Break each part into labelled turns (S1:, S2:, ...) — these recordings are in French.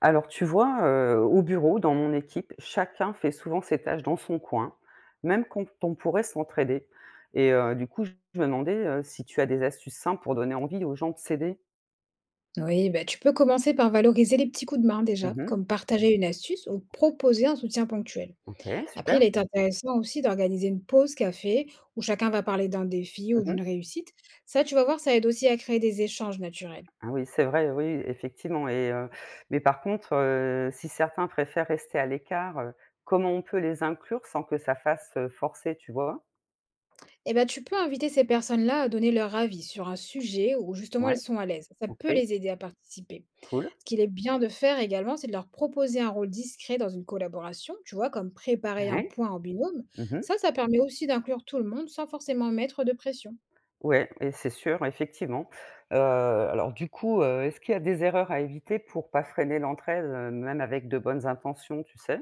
S1: Alors tu vois, au bureau, dans mon équipe, chacun fait souvent ses tâches dans son coin, même quand on pourrait s'entraider et je me demandais, si tu as des astuces simples pour donner envie aux gens de s'aider?
S2: Oui, bah, tu peux commencer par valoriser les petits coups de main déjà,
S1: Mmh.
S2: comme partager une astuce ou proposer un soutien ponctuel.
S1: OK,
S2: Après,
S1: super.
S2: il est intéressant aussi d'organiser une pause café où chacun va parler d'un défi ou
S1: Mmh.
S2: d'une réussite. Ça, tu vas voir, ça aide aussi à créer des échanges naturels.
S1: Ah oui, c'est vrai, oui, effectivement. Mais par contre, si certains préfèrent rester à l'écart, comment on peut les inclure sans que ça fasse, forcé, tu vois?
S2: Et ben, tu peux inviter ces personnes-là à donner leur avis sur un sujet où justement
S1: Ouais,
S2: elles sont à l'aise. Ça peut
S1: OK,
S2: les aider à participer.
S1: cool.
S2: Ce qu'il est bien de faire également, c'est de leur proposer un rôle discret dans une collaboration, tu vois, comme préparer un
S1: Ouais.
S2: point en binôme.
S1: Mmh.
S2: Ça permet aussi d'inclure tout le monde sans forcément mettre de pression.
S1: Ouais et c'est sûr, effectivement. Alors du coup, est-ce qu'il y a des erreurs à éviter pour pas freiner l'entraide, même avec de bonnes intentions, tu sais?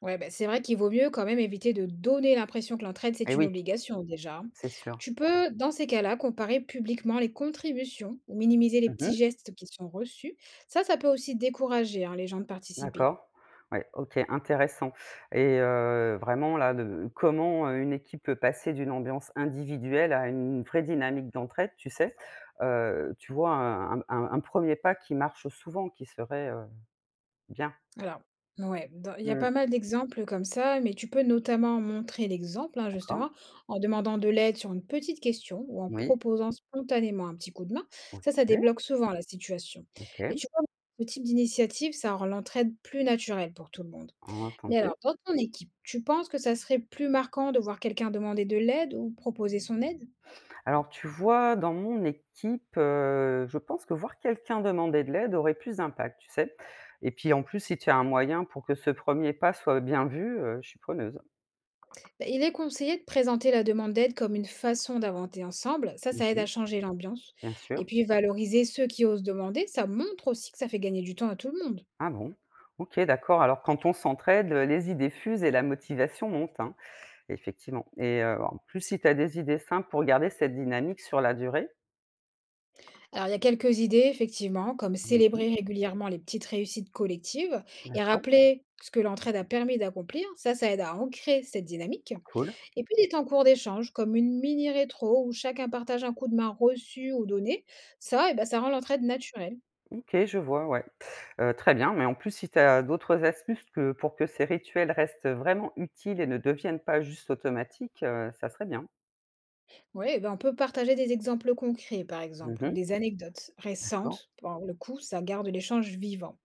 S2: Ouais, bah, c'est vrai qu'il vaut mieux quand même éviter de donner l'impression que l'entraide,
S1: Et
S2: c'est une
S1: oui,
S2: obligation déjà.
S1: c'est sûr.
S2: Tu peux, dans ces cas-là, comparer publiquement les contributions ou minimiser les petits
S1: Mmh.
S2: gestes qui sont reçus. Ça peut aussi décourager hein, les gens de participer.
S1: D'accord. Ouais, OK, intéressant. Vraiment là, de comment, une équipe peut passer d'une ambiance individuelle à une vraie dynamique d'entraide, tu sais? Tu vois un pas qui marche souvent, qui serait, bien.
S2: Alors, ouais, dans il y a
S1: Mmh,
S2: pas mal d'exemples comme ça, mais tu peux notamment montrer l'exemple, hein,
S1: d'accord.
S2: justement, en demandant de l'aide sur une petite question ou en
S1: Oui.
S2: proposant spontanément un petit coup de main.
S1: OK,
S2: Ça débloque souvent la situation. Et
S1: OK,
S2: tu vois, ce type d'initiative, ça rend l'entraide plus naturelle pour tout le monde. Mais
S1: entendu.
S2: alors, dans ton équipe, tu penses que ça serait plus marquant de voir quelqu'un demander de l'aide ou proposer son aide?
S1: Alors tu vois, dans mon équipe, je pense que voir quelqu'un demander de l'aide aurait plus d'impact, tu sais? Et puis en plus, si tu as un moyen pour que ce premier pas soit bien vu, je suis preneuse.
S2: Bah, il est conseillé de présenter la demande d'aide comme une façon d'inventer ensemble. Ça aide
S1: Mmh,
S2: à changer l'ambiance.
S1: bien sûr.
S2: Et puis, valoriser ceux qui osent demander, ça montre aussi que ça fait gagner du temps à tout le monde.
S1: Ah bon? OK, d'accord. Alors quand on s'entraide, les idées fusent et la motivation monte, hein, effectivement. Et en plus, si tu as des idées simples pour garder cette dynamique sur la durée?
S2: Alors, il y a quelques idées, effectivement, comme
S1: Mmh,
S2: célébrer régulièrement les petites réussites collectives et
S1: d'accord,
S2: rappeler ce que l'entraide a permis d'accomplir. Ça aide à ancrer cette dynamique.
S1: cool.
S2: Et puis, des temps courts d'échange, comme une mini-rétro où chacun partage un coup de main reçu ou donné. Ça, eh ben, ça rend l'entraide naturelle.
S1: OK, je vois, ouais. Très bien, mais en plus, si tu as d'autres astuces que pour que ces rituels restent vraiment utiles et ne deviennent pas juste automatiques, ça serait bien.
S2: Oui, ben, on peut partager des exemples concrets, par exemple, ou
S1: Mmh.
S2: des anecdotes
S1: D'accord.
S2: récentes. Pour le coup, ça garde l'échange vivant.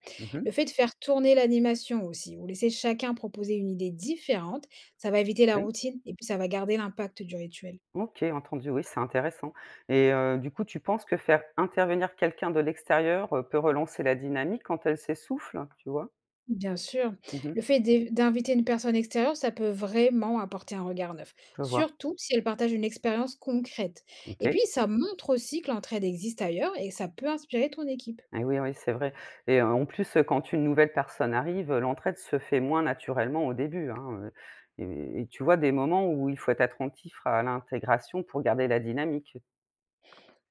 S2: Le
S1: Mmh.
S2: fait de faire tourner l'animation aussi, ou laisser chacun proposer une idée différente, ça va éviter la
S1: Oui.
S2: routine et puis ça va garder l'impact du rituel.
S1: OK, entendu, oui, c'est intéressant et tu penses que faire intervenir quelqu'un de l'extérieur, peut relancer la dynamique quand elle s'essouffle? Tu vois?
S2: Bien sûr,
S1: Mmh.
S2: le fait d'inviter une personne extérieure, ça peut vraiment apporter un regard neuf,
S1: Je vois.
S2: surtout si elle partage une expérience concrète. Et
S1: OK.
S2: puis, ça montre aussi que l'entraide existe ailleurs et ça peut inspirer ton équipe.
S1: Et oui, oui, c'est vrai et quand une nouvelle personne arrive, l'entraide se fait moins naturellement au début, hein, et tu vois des moments où il faut être attentif à l'intégration pour garder la dynamique.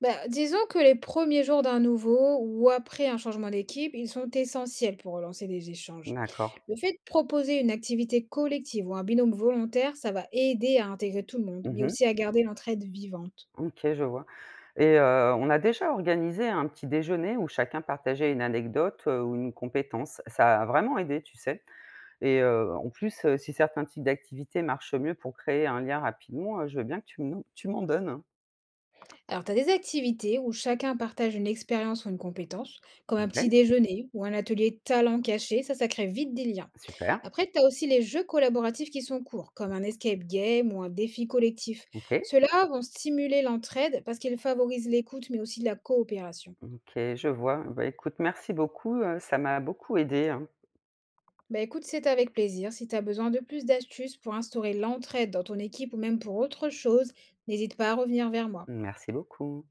S2: Bah, disons que les premiers jours d'un nouveau ou après un changement d'équipe, ils sont essentiels pour relancer les échanges.
S1: D'accord.
S2: Le fait de proposer une activité collective ou un binôme volontaire, ça va aider à intégrer tout le monde, mais
S1: Mmh.
S2: aussi à garder l'entraide vivante.
S1: OK, je vois et on a déjà organisé un petit déjeuner où chacun partageait une anecdote, ou une compétence. Ça a vraiment aidé, tu sais et si certains types d'activités marchent mieux pour créer un lien rapidement, je veux bien que tu me tu m'en donnes.
S2: Alors, tu as des activités où chacun partage une expérience ou une compétence, comme un petit
S1: Ouais,
S2: déjeuner ou un atelier talent caché, ça crée vite des liens.
S1: super,
S2: Après, tu as aussi les jeux collaboratifs qui sont courts, comme un escape game ou un défi collectif.
S1: OK.
S2: Ceux-là vont stimuler l'entraide parce qu'ils favorisent l'écoute, mais aussi la coopération.
S1: OK, je vois. Bah, écoute, merci beaucoup, ça m'a beaucoup aidé, hein.
S2: Bah écoute, c'est avec plaisir. Si tu as besoin de plus d'astuces pour instaurer l'entraide dans ton équipe ou même pour autre chose, n'hésite pas à revenir vers moi.
S1: Merci beaucoup.